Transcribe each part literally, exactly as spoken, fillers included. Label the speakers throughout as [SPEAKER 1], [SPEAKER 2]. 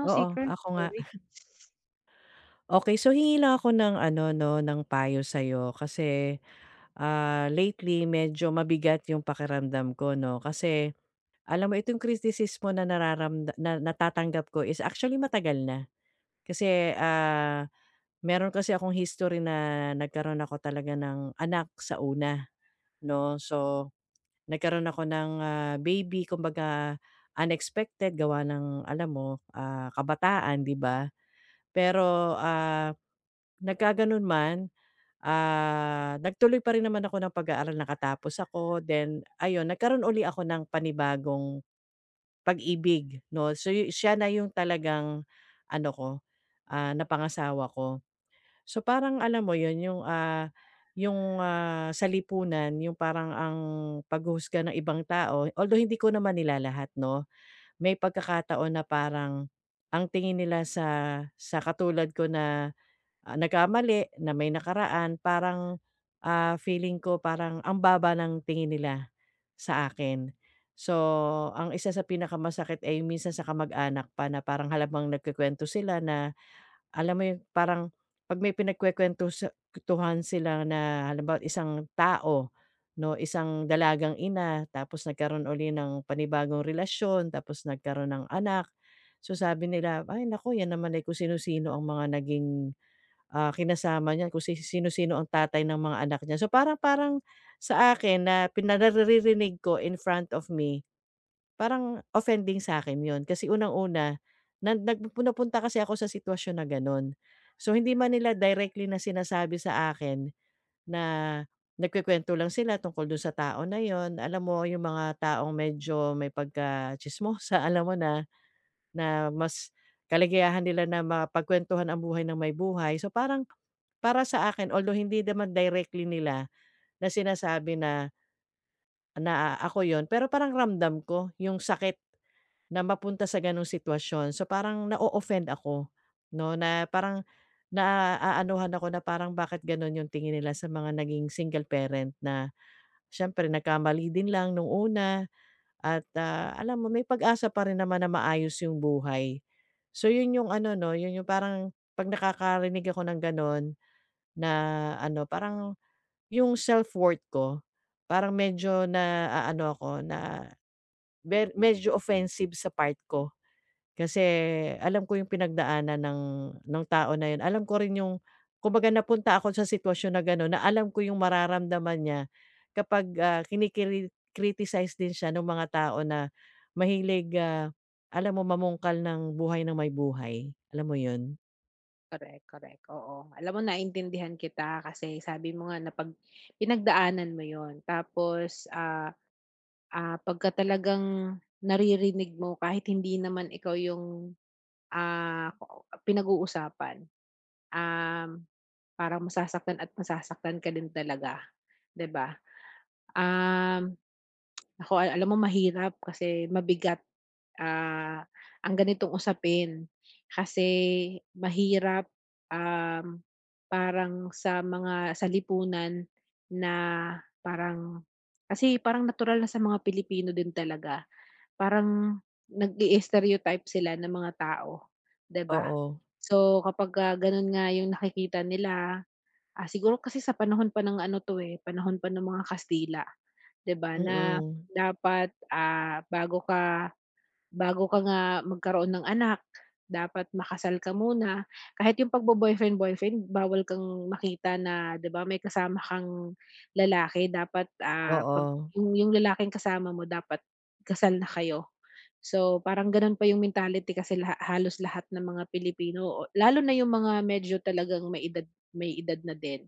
[SPEAKER 1] Oh,
[SPEAKER 2] Oo,
[SPEAKER 1] seeker,
[SPEAKER 2] ako nga.
[SPEAKER 1] sorry.
[SPEAKER 2] okay, so hingi lang ako ng ano 'no, ng payo sa'yo kasi, ah, lately medyo mabigat yung pakiramdam ko 'no. Kasi alam mo itong kritisismo na nararamda na natatanggap ko is actually matagal na. Kasi, ah, meron kasi akong history na nagkaroon ako talaga ng anak sa una 'no. So, nagkaroon ako ng, ah, baby kumbaga unexpected gawa ng alam mo, ah, kabataan 'di ba? Pero, ah Nagkagano'n man, ah, nagtuloy pa rin naman ako ng pag-aaral, nakatapos ako. Then ayun, nagkaroon uli ako ng panibagong pag-ibig 'no. So yu siya na yung talagang ano ko, ah, napangasawa ko. So parang alam mo yun, yung, ah, yung, ah, sa lipunan yung parang ang paghuhusga ng ibang tao, although hindi ko naman nila lahat 'no. May pagkakataon na parang ang tingin nila sa sa katulad ko na ah, nagkamali na may nakaraan parang, ah, feeling ko parang ang baba ng tingin nila sa akin. So, ang isa sa pinakamasakit ay minsan sa kamag-anak pa na parang halamang nagkukuwento sila na alam mo yung parang 'pag may pinagkukuwento sa sila na halimbawa't isang tao 'no, isang dalagang ina tapos nagkaroon uli ng panibagong relasyon, tapos nagkaroon ng anak. So, sabi nila, "Ay naku, yan naman ay kung sino-sino ang mga naging Ah, kinasama niya kung si sino-sino ang tatay ng mga anak niya." So, parang parang sa akin na pina naririnig ko in front of me, parang offending sa akin yon Kasi unang-una, na nag napunta kasi ako sa sitwasyon na gano'n. So, hindi man nila directly na sinasabi sa akin na nagkukuwento lang sila tungkol dun sa tao na yon Alam mo yung mga taong medyo may pagka-tsismosa, alam mo na. Na mas kaligayahan nila na mapagkuwentuhan ang buhay ng may buhay. So, parang para sa akin although hindi naman directly nila na sinasabi na na "Ah, ako yon pero parang ramdam ko yung sakit na mapunta sa gano'ng sitwasyon." So, parang na offend ako 'no, na parang naaanuhan ako na parang bakit gano'n yung tingin nila sa mga naging single parent na siyempre nagkamali din lang nung una. At, ah, alam mo may pag-asa pa rin naman na maayos yung buhay. So yun yung ano 'no, yun yung parang 'pag nakakarinig ako ng gano'n na ano, parang yung self-worth ko parang medyo na ah, ano ako na ver medyo offensive sa part ko. Kasi alam ko yung pinagdaanan ng ng tao na yun. Alam ko rin yung kumbaga napunta ako sa sitwasyon na gano'n na alam ko yung mararamdaman niya kapag, ah, kinikiri criticize din siya nung mga tao na mahilig, ah, alam mo mamungkal ng buhay ng may buhay, alam mo yun?
[SPEAKER 1] Correct, correct, oo. Alam mo naintindihan kita kasi sabi mo nga na pag pinagdaanan mo yon tapos, ah, ah, pagka talagang naririnig mo kahit hindi naman ikaw yung, ah, ko- pinag-uusapan, um, parang masasaktan at masasaktan ka din talaga, 'di ba? Um Naku, alam mo mahirap kasi mabigat, ah, ang ganitong usapin. Kasi mahirap, um, parang sa mga sa lipunan na parang kasi parang natural na sa mga Pilipino din talaga. Parang nag-i-stereotype sila ng mga tao, 'di ba?
[SPEAKER 2] Oo,
[SPEAKER 1] So, kapagka gano'n nga yung nakikita nila, ah, siguro kasi sa panahon pa ng ano 'to, eh, panahon pa ng mga Kastila. 'Di ba, na
[SPEAKER 2] mm.
[SPEAKER 1] dapat, ah, bago ka bago ka nga magkaroon ng anak, dapat makasal ka muna. Kahit yung pagbo-boyfriend-boyfriend bawal kang makita na 'di ba, may kasama kang lalaki dapat, ah, 'pag
[SPEAKER 2] Oo,
[SPEAKER 1] yung yung lalaking kasama mo dapat kasal na kayo. So, parang gano'n pa yung mentality kasi laha halos lahat ng mga Pilipino o lalo na yung mga medyo talagang may edad may edad na din.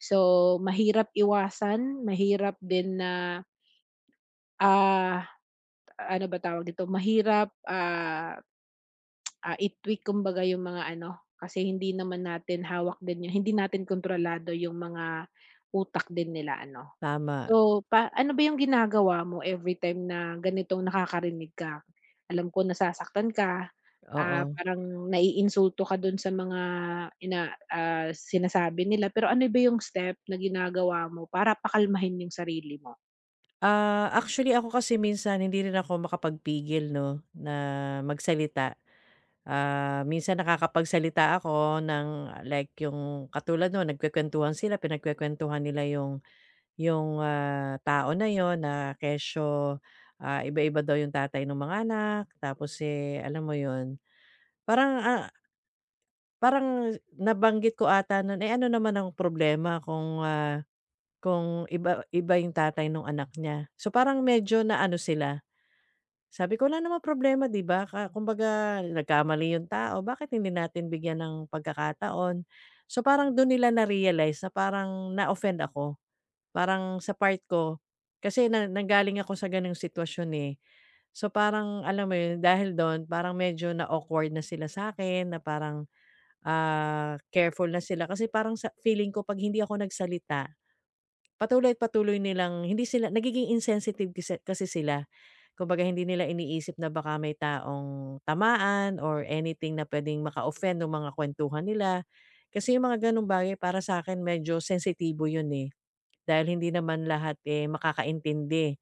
[SPEAKER 1] So, mahirap iwasan, mahirap din na Ah, ano ba tawag dito, mahirap, ah, ah, i-tweak kumbaga yung mga ano, kasi hindi naman natin hawak din yung hindi natin kontrolado yung mga utak din nila ano.
[SPEAKER 2] tama,
[SPEAKER 1] So, pa ano ba yung ginagawa mo every time na ganitong nakakarinig ka? Alam ko nasasaktan ka, ah,
[SPEAKER 2] oo.
[SPEAKER 1] parang naiinsulto ka dun sa mga ina ah, sinasabi nila, pero ano ba yung step na ginagawa mo para pakalmahin yung sarili mo?
[SPEAKER 2] Ah, actually ako kasi minsan hindi rin ako makapagpigil 'no, na magsalita. Ah, minsan nakakapagsalita ako ng like yung katulad no'n nagkukuwentuhan sila, pinagkukuwentuhan nila yung yung, ah, tao na yon na kesyo, ah, iba-iba daw yung tatay nung mga anak tapos, eh, alam mo yon parang, ah, parang nabanggit ko ata no'n, eh, ano naman ang problema kung, ah, kung iba iba yung tatay nung anak niya. So, parang medyo na ano sila. Sabi ko, "Wala namang problema 'di ba, ka kumbaga nagkamali yung tao, bakit hindi natin bigyan ng pagkakataon?" So, parang dun nila na-realize na parang na-offend ako, parang sa part ko kasi na nanggaling ako sa gano'ng sitwasyon, eh. So, parang alam mo yun, dahil dun parang medyo na-awkward na sila sa akin, na parang, ah, careful na sila kasi parang sa feeling ko 'pag hindi ako nagsalita Patuloy at patuloy nilang hindi sila nagiging insensitive kasi kasi sila. Kumbaga hindi nila iniisip na baka may taong tamaan or anything na puwedeng maka-offend nung mga kuwentuhan nila. Kasi yung mga gano'ng bagay para sa akin medyo sensitibo yun, eh, dahil hindi naman lahat, eh, makakaintindi.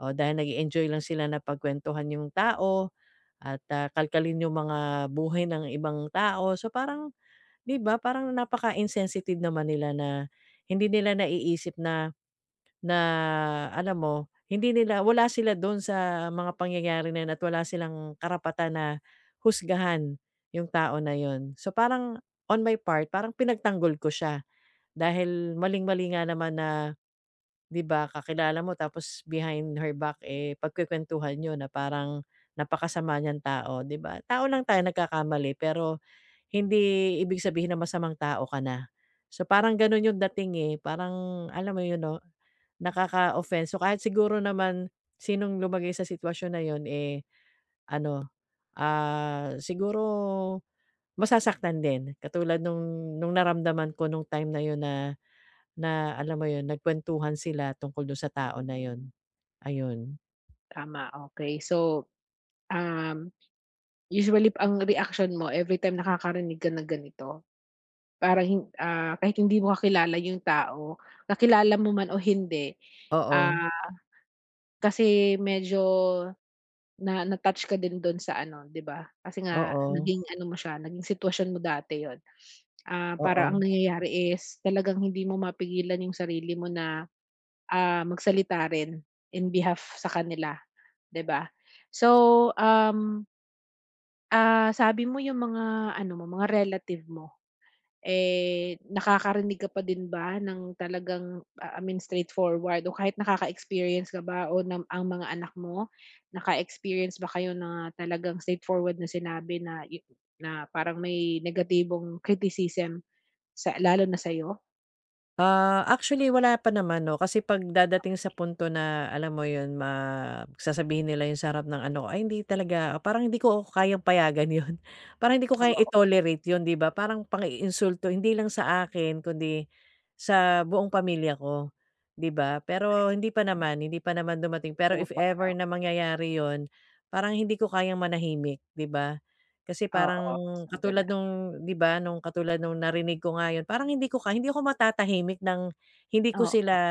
[SPEAKER 2] O dahil nag enjoy lang sila na pagkuwentuhan yung tao at, ah, kalkalin yung mga buhay ng ibang tao. So parang 'di ba, parang napaka-insensitive naman nila na hindi nila naiisip na na alam mo, hindi nila wala sila dun sa mga pangyayari na yun at wala silang karapatan na husgahan yung tao na yun. So, parang on my part, parang pinagtanggol ko siya dahil maling-mali nga naman na 'di ba, kakilala mo tapos behind her back, eh, pagkukuwentuhan niyo na parang napakasama niyang tao, 'di ba? Tao lang tayo nagkakamali pero hindi ibig sabihin na masamang tao ka na. So, parang ganun yung dating, eh, parang alam mo yun 'no? Nakaka-offense. So, kahit siguro naman sinong lumagay sa sitwasyon na yon eh, ano, ah, siguro masasaktan din. Katulad nung nung naramdaman ko nung time na yon na na alam mo yon nagkuwentuhan sila tungkol dun sa tao na yun, ayun.
[SPEAKER 1] Tama, okay. So, um usually ang reaction mo everytime nakakarinig ka ng ganito, parang hin ah, kahit hindi mo kakilala yung tao, kakilala mo man o hindi,
[SPEAKER 2] Oo,
[SPEAKER 1] ah, kasi medyo na na-touch ka din dun sa ano, 'di ba? Kasi nga
[SPEAKER 2] oo,
[SPEAKER 1] naging ano mo siya, naging sitwasyon mo dati yon. Ah, para
[SPEAKER 2] oo.
[SPEAKER 1] ang nangyayari is talagang hindi mo mapigilan yung sarili mo na, ah, magsalita rin in behalf sa kanila, 'di ba? So, um, ah, sabi mo yung mga ano mo, mga relative mo. Eh, nakakarinig ka pa din ba ng talagang, ah, I mean straightforward o kahit nakaka-experience ka ba o nam ang mga anak mo, naka-experience ba kayo na talagang straightforward na sinabi na yu na parang may negatibong criticism sa lalo na sa'yo?
[SPEAKER 2] Ah, actually wala pa naman 'no, kasi 'pag dadating sa punto na alam mo 'yun, ma sasabihin nila 'yun sarap ng ano ko, ay hindi talaga parang hindi ko kayang payagan 'yun. Parang hindi ko kayang
[SPEAKER 1] Oo,
[SPEAKER 2] i-tolerate 'yun, 'di ba? Parang pang-iinsulto hindi lang sa akin kundi sa buong pamilya ko, 'di ba?
[SPEAKER 1] correct.
[SPEAKER 2] Pero hindi pa naman, hindi pa naman dumating. Pero
[SPEAKER 1] So
[SPEAKER 2] if
[SPEAKER 1] far,
[SPEAKER 2] ever na
[SPEAKER 1] oo.
[SPEAKER 2] mangyayari 'yun, parang hindi ko kayang manahimik, 'di ba? Kasi
[SPEAKER 1] Oo,
[SPEAKER 2] parang
[SPEAKER 1] mas
[SPEAKER 2] katulad
[SPEAKER 1] maganda.
[SPEAKER 2] nung 'di ba, nung katulad nung narinig ko nga yun, parang hindi ko ka hindi ako matatahimik ng hindi ko sila
[SPEAKER 1] Oo,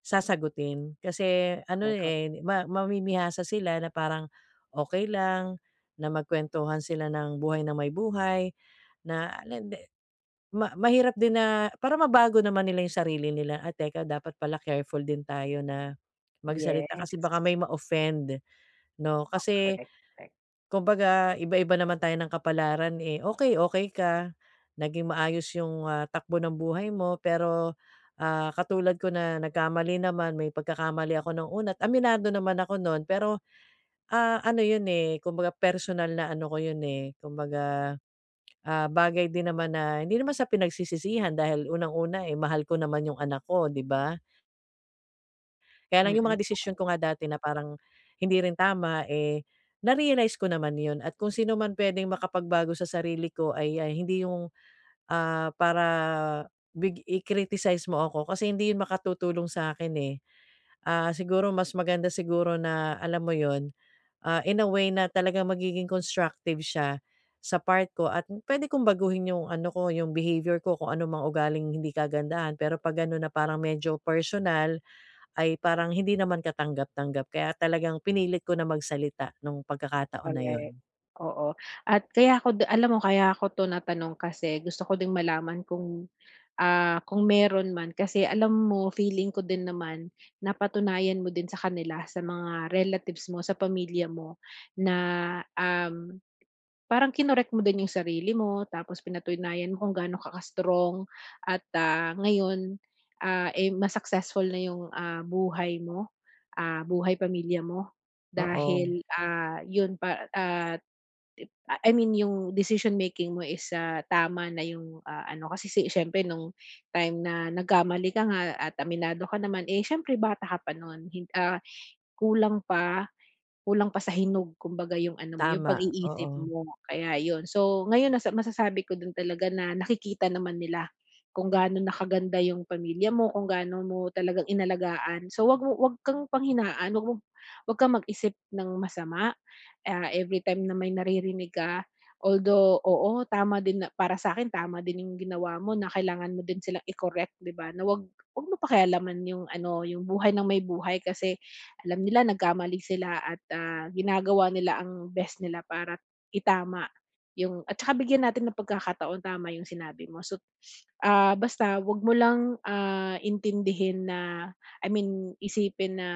[SPEAKER 2] sasagutin. Kasi ano,
[SPEAKER 1] correct, correct.
[SPEAKER 2] eh, ma mamimihasa sila na parang okey lang na magkuwentuhan sila ng buhay ng may buhay, na ala hindi ma mahirap din na para mabago naman nila yung sarili nila, "Ah, teka dapat pala careful din tayo na magsalita kasi baka
[SPEAKER 1] Yes.
[SPEAKER 2] may ma-offend," 'no?
[SPEAKER 1] Oh,
[SPEAKER 2] Kasi
[SPEAKER 1] correct, correct.
[SPEAKER 2] Kumbaga iba-iba naman tayo ng kapalaran, eh. okay okay ka, naging maayos yung, ah, takbo ng buhay mo pero, ah, katulad ko na nagkamali naman, may pagkakamali ako ng una at aminado naman ako nun pero, ah, ano yun, eh, kumbaga personal na ano ko yun, eh, kumbaga, ah, bagay din naman na hindi naman sa pinagsisisihan dahil unang-una, eh, mahal ko naman yung anak ko, 'di ba? Kaya lang yung
[SPEAKER 1] Mm.
[SPEAKER 2] mga desisyon ko nga dati na parang hindi rin tama, eh, na-realize ko naman yun at kung sino man puwedeng makapagbago sa sarili ko ay ay hindi yung, ah, para big i-criticize mo ako kasi hindi yun makatutulong sa akin eh. Ah, siguro mas maganda siguro na alam mo yun, ah, in a way na talagang magiging constructive siya sa part ko at pwede kong baguhin yung ano ko, yung behavior ko kung ano mang ugaling hindi kagandahan. Pero 'pag ano na parang medyo personal ay parang hindi naman katanggap-tanggap kaya talagang pinilit ko na magsalita nung pagkakataon na yun.
[SPEAKER 1] Correct, oo. At kaya ako d- alam mo kaya ako 'to natanong kasi gusto ko ding malaman kung, ah, kung meron man kasi alam mo feeling ko din naman napatunayan mo din sa kanila, sa mga relatives mo, sa pamilya mo na, um, parang kinorek mo din yung sarili mo tapos pinatunayan mo kung gaano ka ka-strong at, ah, ngayon, ah, eh, mas successful na yung, ah, buhay mo, ah, buhay pamilya mo
[SPEAKER 2] Oo,
[SPEAKER 1] dahil, ah, yun pa ah. Ah, I mean yung decision making mo is, ah, tama na yung, ah, ano kasi si siyempre nung time na nagkamali ka nga at aminado ka naman, eh, siyempre bata ka pa nun hin ah, kulang pa. Kulang pa sa hinog kumbaga yung ano mo, yung
[SPEAKER 2] tama, oo.
[SPEAKER 1] pag-iisip mo, kaya yun. So, ngayon nasa masasabi ko din talaga na nakikita naman nila kung gaano nakaganda yung pamilya mo, kung gaano mo talagang inalagaan. So, 'wag mo 'wag kang panghinaan, 'wag mo 'wag kang mag-isip ng masama, ah, every time na may naririnig ka. Although, oo, tama din na para sa akin tama din yung ginawa mo na kailangan mo din silang i-correct, 'di ba, na 'wag 'wag mo pakialaman yung ano, yung buhay ng may buhay kasi alam nila nagkamali sila at, ah, ginagawa nila ang best nila para itama yung at saka bigyan natin ng pagkakataon, tama yung sinabi mo. So, ah, basta 'wag mo lang, ah, intindihin na I mean, isipin na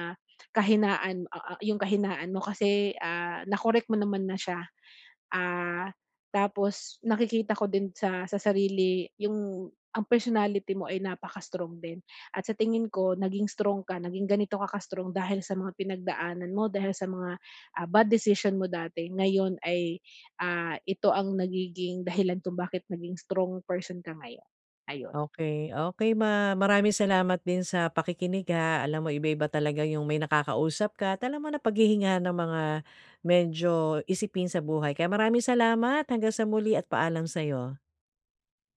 [SPEAKER 1] kahinaan, ah, ah, yung kahinaan mo kasi, ah, na-correct mo naman na siya. Ah, tapos nakikita ko din sa sa sarili yung ang personality mo ay napaka-strong din at sa tingin ko naging strong ka, naging ganito ka ka-strong dahil sa mga pinagdaanan mo, dahil sa mga, ah, bad decision mo dati. Ngayon ay, ah, ito ang nagiging dahilan kung bakit naging strong person ka ngayon, ayun.
[SPEAKER 2] okay, okay. ma maraming salamat din sa pakikinig ha. Alam mo iba-iba talaga yung may nakakausap ka at alam mo na paghihingahan ng mga medyo isipin sa buhay. Kaya maraming salamat, hanggang sa muli at paalam sa'yo.